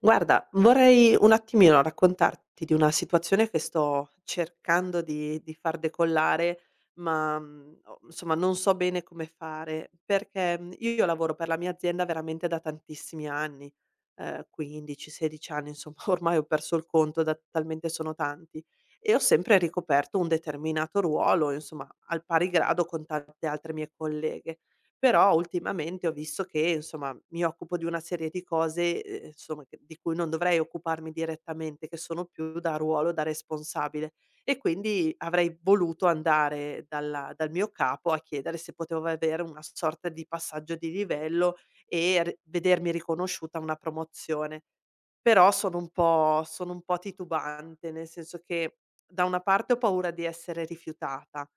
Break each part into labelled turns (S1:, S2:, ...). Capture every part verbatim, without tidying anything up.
S1: Guarda, vorrei un attimino raccontarti di una situazione che sto cercando di di far decollare, ma, mhmm, o insomma non so bene come fare, perché, mhmm, io lavoro per la mia azienda veramente da tantissimi anni, ehm, quindici, sedici anni, insomma ormai ho perso il conto da talmente sono tanti, e ho sempre ricoperto un determinato ruolo, insomma al pari grado con tante altre mie colleghe. Però ultimamente ho visto che, insomma, mi occupo di una serie di cose, ehm, insomma, che di cui non dovrei occuparmi direttamente, che sono più da ruolo, da responsabile. E quindi avrei voluto andare dalla dal mio capo a chiedere se potevo avere una sorta di passaggio di livello e r vedermi riconosciuta una promozione. Però sono un po' sono un po' titubante, nel senso che da una parte ho paura di essere rifiutata.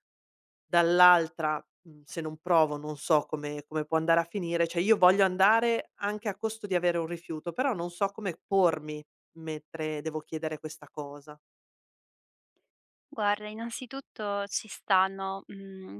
S1: Dall'altra, mhmm, se non provo non so come come può andare a finire, cioè io voglio andare anche a costo di avere un rifiuto, però non so come pormi mentre devo chiedere questa cosa.
S2: Guarda, innanzitutto ci stanno, mhmm,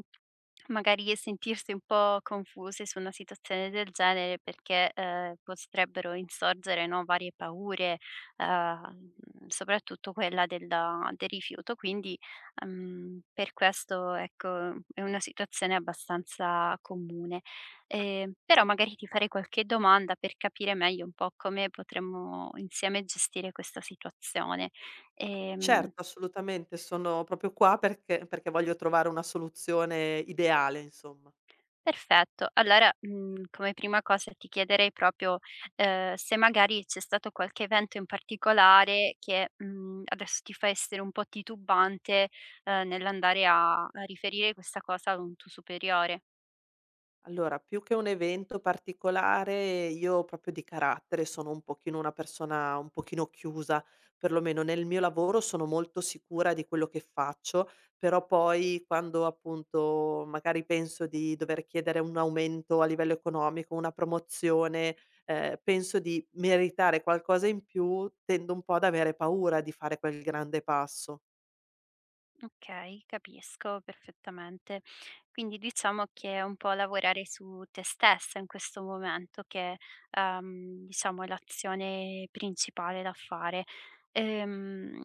S2: magari sentirsi un po' confuse su una situazione del genere perché, ehm, potrebbero insorgere, no, varie paure, ehm, soprattutto quella della del rifiuto. Quindi, uhm, per questo, ecco, è una situazione abbastanza comune. Ehm, però magari ti farei qualche domanda per capire meglio un po' come potremmo insieme gestire questa situazione. Ehm
S1: Certo, assolutamente, sono proprio qua perché perché voglio trovare una soluzione ideale, insomma.
S2: Perfetto. Allora, mhmm, come prima cosa ti chiederei proprio, ehm, se magari c'è stato qualche evento in particolare che, mhmm, adesso ti fa essere un po' titubante, ehm, nell'andare a a riferire questa cosa ad un tuo superiore.
S1: Allora, più che un evento particolare, io proprio di carattere sono un pochino una persona un pochino chiusa, perlomeno nel mio lavoro sono molto sicura di quello che faccio, però poi quando appunto magari penso di dover chiedere un aumento a livello economico, una promozione, eh, penso di meritare qualcosa in più, tendo un po' ad avere paura di fare quel grande passo.
S2: Okay, capisco perfettamente. Quindi diciamo che è un po' lavorare su te stessa in questo momento che, ehm, diciamo è l'azione principale da fare. Ehm,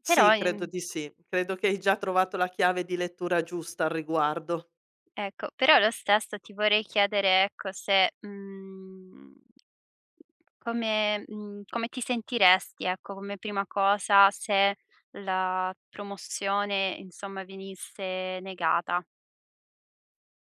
S1: Sì,
S2: però,
S1: credo
S2: ehm
S1: di sì, credo che hai già trovato la chiave di lettura giusta al riguardo.
S2: Ecco, però lo stesso ti vorrei chiedere, ecco, se, mhmm, come mhmm, come ti sentiresti, ecco, come prima cosa se la promozione, insomma, venisse negata?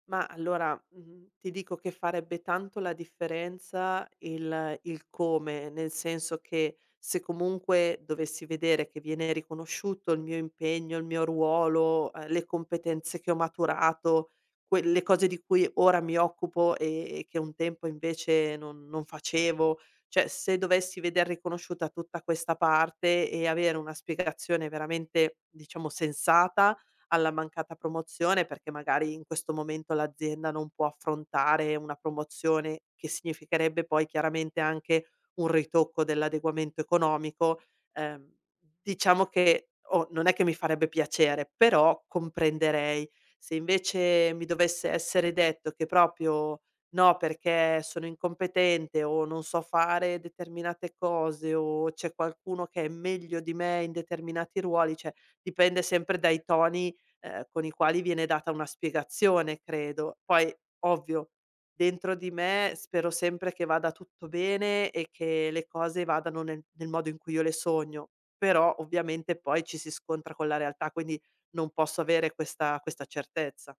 S1: Ma allora, mhmm, ti dico che farebbe tanto la differenza il il come, nel senso che se comunque dovessi vedere che viene riconosciuto il mio impegno, il mio ruolo, ehm, le competenze che ho maturato, quelle cose di cui ora mi occupo e e che un tempo invece non non facevo, cioè se dovessi veder riconosciuta tutta questa parte e avere una spiegazione veramente, diciamo, sensata alla mancata promozione, perché magari in questo momento l'azienda non può affrontare una promozione che significherebbe poi chiaramente anche un ritocco dell'adeguamento economico. Ehm, diciamo che oh, non è che mi farebbe piacere, però comprenderei. Se invece mi dovesse essere detto che proprio no, perché sono incompetente o non so fare determinate cose o c'è qualcuno che è meglio di me in determinati ruoli, cioè dipende sempre dai toni ehm, con i quali viene data una spiegazione credo. Poi ovvio, dentro di me spero sempre che vada tutto bene e che le cose vadano nel nel modo in cui io le sogno, però ovviamente poi ci si scontra con la realtà, quindi non posso avere questa questa certezza.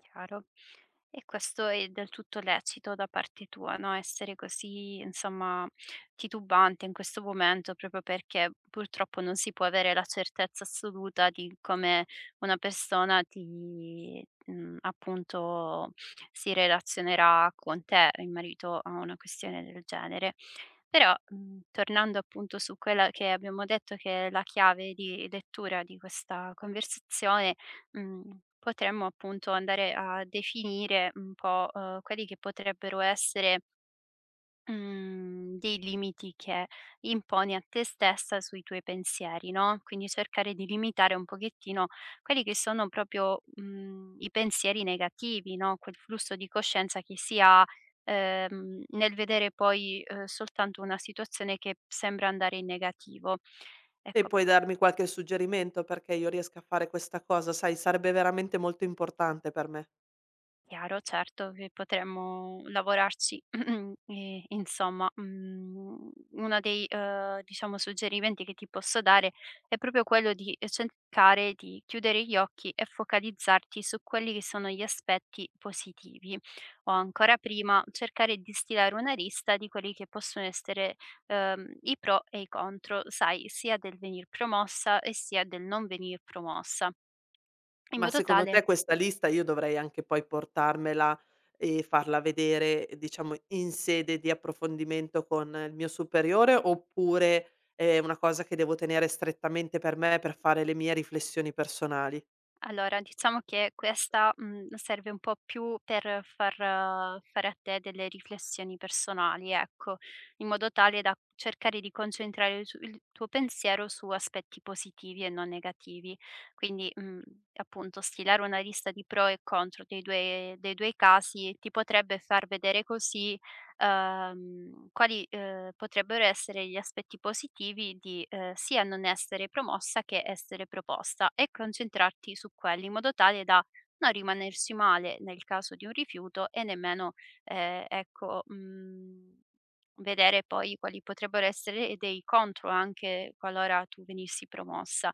S2: Chiaro. E questo è del tutto lecito da parte tua, no, essere così, insomma, titubante in questo momento, proprio perché purtroppo non si può avere la certezza assoluta di come una persona ti mhmm, appunto si relazionerà con te in merito a una questione del genere. Però, mhmm, tornando appunto su quella che abbiamo detto che è la chiave di lettura di questa conversazione. Mhmm, potremmo appunto andare a definire un po', uhm, quelli che potrebbero essere, mhmm, dei limiti che imponi a te stessa sui tuoi pensieri, no, quindi cercare di limitare un pochettino quelli che sono proprio, mhmm, i pensieri negativi, no, quel flusso di coscienza che si ha, ehm, nel vedere poi, uhm, soltanto una situazione che sembra andare in negativo.
S1: E
S2: Ecco.
S1: puoi darmi qualche suggerimento perché io riesca a fare questa cosa? Sai, sarebbe veramente molto importante per me.
S2: Chiaro, certo che potremmo lavorarci. E insomma, mhmm, uno dei, uhm, diciamo suggerimenti che ti posso dare è proprio quello di eh, cercare di chiudere gli occhi e focalizzarti su quelli che sono gli aspetti positivi, o ancora prima cercare di stilare una lista di quelli che possono essere, uhm, i pro e i contro, sai, sia del venir promossa e sia del non venir promossa, in
S1: Ma
S2: modo
S1: secondo te
S2: tale.
S1: questa lista io dovrei anche poi portarmela e farla vedere, diciamo, in sede di approfondimento con il mio superiore, oppure è una cosa che devo tenere strettamente per me per fare le mie riflessioni personali?
S2: Allora, diciamo che questa, mhmm, serve un po' più per far eh, fare a te delle riflessioni personali, ecco, in modo tale da cercare di concentrare il su il tuo pensiero su aspetti positivi e non negativi. Quindi, mhmm, appunto stilare una lista di pro e contro dei due dei due casi ti potrebbe far vedere così uhm, quali, uhm, potrebbero essere gli aspetti positivi di, ehm, sia non essere promossa che essere proposta e concentrarti su quelli, in modo tale da non rimanerci male nel caso di un rifiuto e nemmeno, ehm, ecco, mhmm, vedere poi quali potrebbero essere dei contro anche qualora tu venissi promossa.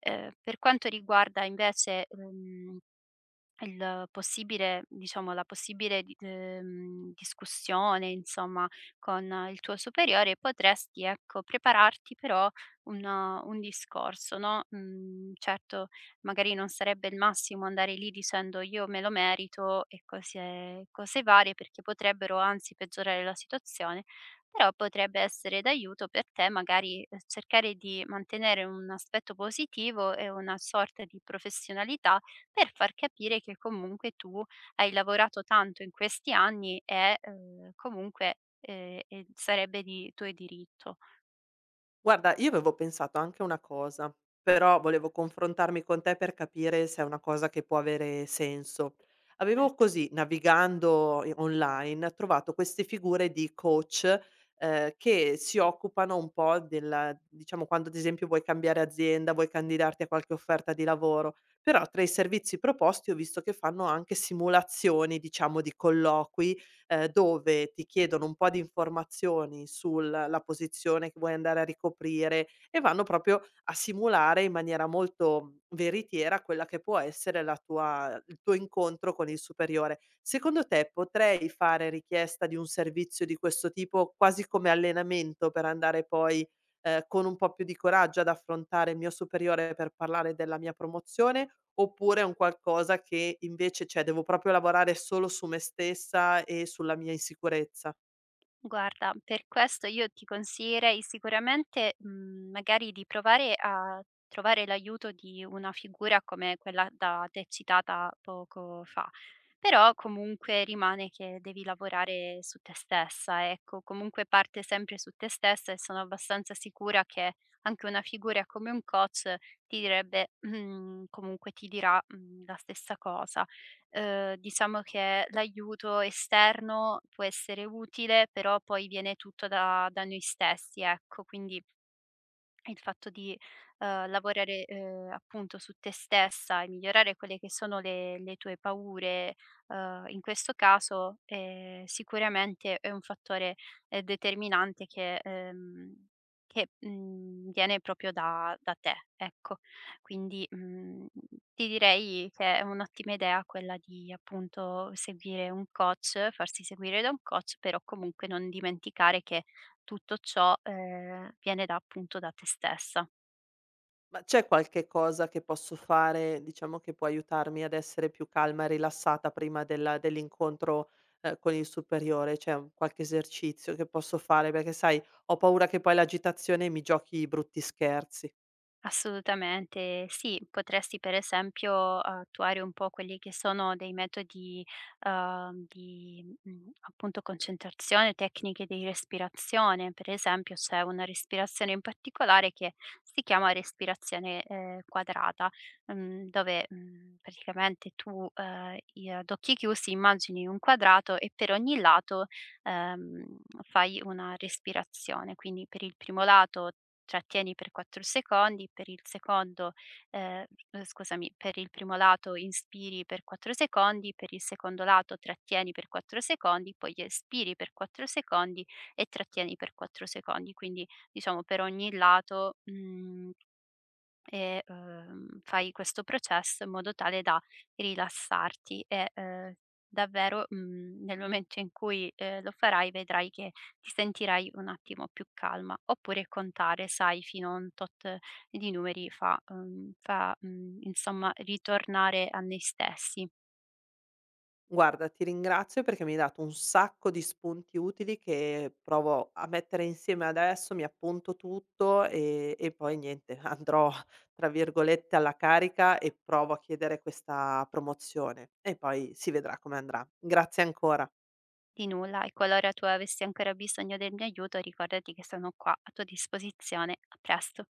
S2: Ehm, per quanto riguarda invece, uhm il possibile diciamo, la possibile di ehm, discussione, insomma, con il tuo superiore, potresti, ecco, prepararti però un uh, un discorso, no, mhmm, certo, magari non sarebbe il massimo andare lì dicendo: "Io me lo merito" e cose cose varie, perché potrebbero anzi peggiorare la situazione, però potrebbe essere d'aiuto per te magari, ehm, cercare di mantenere un aspetto positivo e una sorta di professionalità per far capire che comunque tu hai lavorato tanto in questi anni e, ehm, comunque, ehm, e sarebbe di tuo diritto.
S1: Guarda, io avevo pensato anche una cosa, però volevo confrontarmi con te per capire se è una cosa che può avere senso. Avevo così, navigando i- online, trovato queste figure di coach eh, che si occupano un po' della, diciamo, quando ad esempio vuoi cambiare azienda, vuoi candidarti a qualche offerta di lavoro, però tra i servizi proposti ho visto che fanno anche simulazioni, diciamo, di colloqui ehm, dove ti chiedono un po' di informazioni sulla posizione che vuoi andare a ricoprire e vanno proprio a simulare in maniera molto veritiera quella che può essere la tua il tuo incontro con il superiore. Secondo te potrei fare richiesta di un servizio di questo tipo, quasi come allenamento per andare poi, ehm, con un po' più di coraggio ad affrontare il mio superiore per parlare della mia promozione? Oppure è un qualcosa che invece cioè devo proprio lavorare solo su me stessa e sulla mia insicurezza.
S2: Guarda, per questo io ti consiglierei sicuramente, mhmm, magari di provare a trovare l'aiuto di una figura come quella da te citata poco fa. Però comunque rimane che devi lavorare su te stessa, ecco, comunque parte sempre su te stessa e sono abbastanza sicura che anche una figura come un coach ti direbbe comunque ti dirà, mhmm, la stessa cosa. Uhm, diciamo che l'aiuto esterno può essere utile, però poi viene tutto da da noi stessi, ecco, quindi il fatto di, ehm, lavorare, ehm, appunto su te stessa e migliorare quelle che sono le le tue paure, ehm, in questo caso, ehm, sicuramente è un fattore, ehm, determinante che ehm, che, mhmm, viene proprio da da te, ecco. Quindi, mhmm, ti direi che è un'ottima idea quella di, appunto, seguire un coach, farsi seguire da un coach, però comunque non dimenticare che tutto ciò, ehm, viene da appunto da te stessa.
S1: Ma c'è qualche cosa che posso fare, diciamo, che può aiutarmi ad essere più calma e rilassata prima della dell'incontro, ehm, con il superiore? C'è un qualche esercizio che posso fare? Perché sai, ho paura che poi l'agitazione mi giochi brutti scherzi.
S2: Assolutamente sì, potresti per esempio eh, attuare un po' quelli che sono dei metodi ehm, di mh, appunto concentrazione, tecniche di respirazione, per esempio c'è una respirazione in particolare che si chiama respirazione eh, quadrata, mm, dove mm, praticamente tu eh, i- ad occhi chiusi immagini un quadrato e per ogni lato ehm, fai una respirazione, quindi per il primo lato cioè tieni per quattro secondi, per il secondo ehm, uhm, scusami, per il primo lato inspiri per quattro secondi, per il secondo lato trattieni per quattro secondi, poi espiri per quattro secondi e trattieni per quattro secondi. Quindi diciamo per ogni lato, mhmm e, uhm, fai questo processo in modo tale da rilassarti e, ehm, davvero, mhmm, nel momento in cui, ehm, lo farai vedrai che ti sentirai un attimo più calma. Oppure contare, sai, fino a un tot di numeri fa uhm, fa, mhmm, insomma ritornare a noi stessi.
S1: Guarda, ti ringrazio perché mi hai dato un sacco di spunti utili che provo a mettere insieme adesso, mi appunto tutto e, e poi niente, andrò tra virgolette alla carica e provo a chiedere questa promozione e poi si vedrà come andrà. Grazie ancora.
S2: Di nulla e qualora tu avessi ancora bisogno del mio aiuto ricordati che sono qua a tua disposizione. A presto.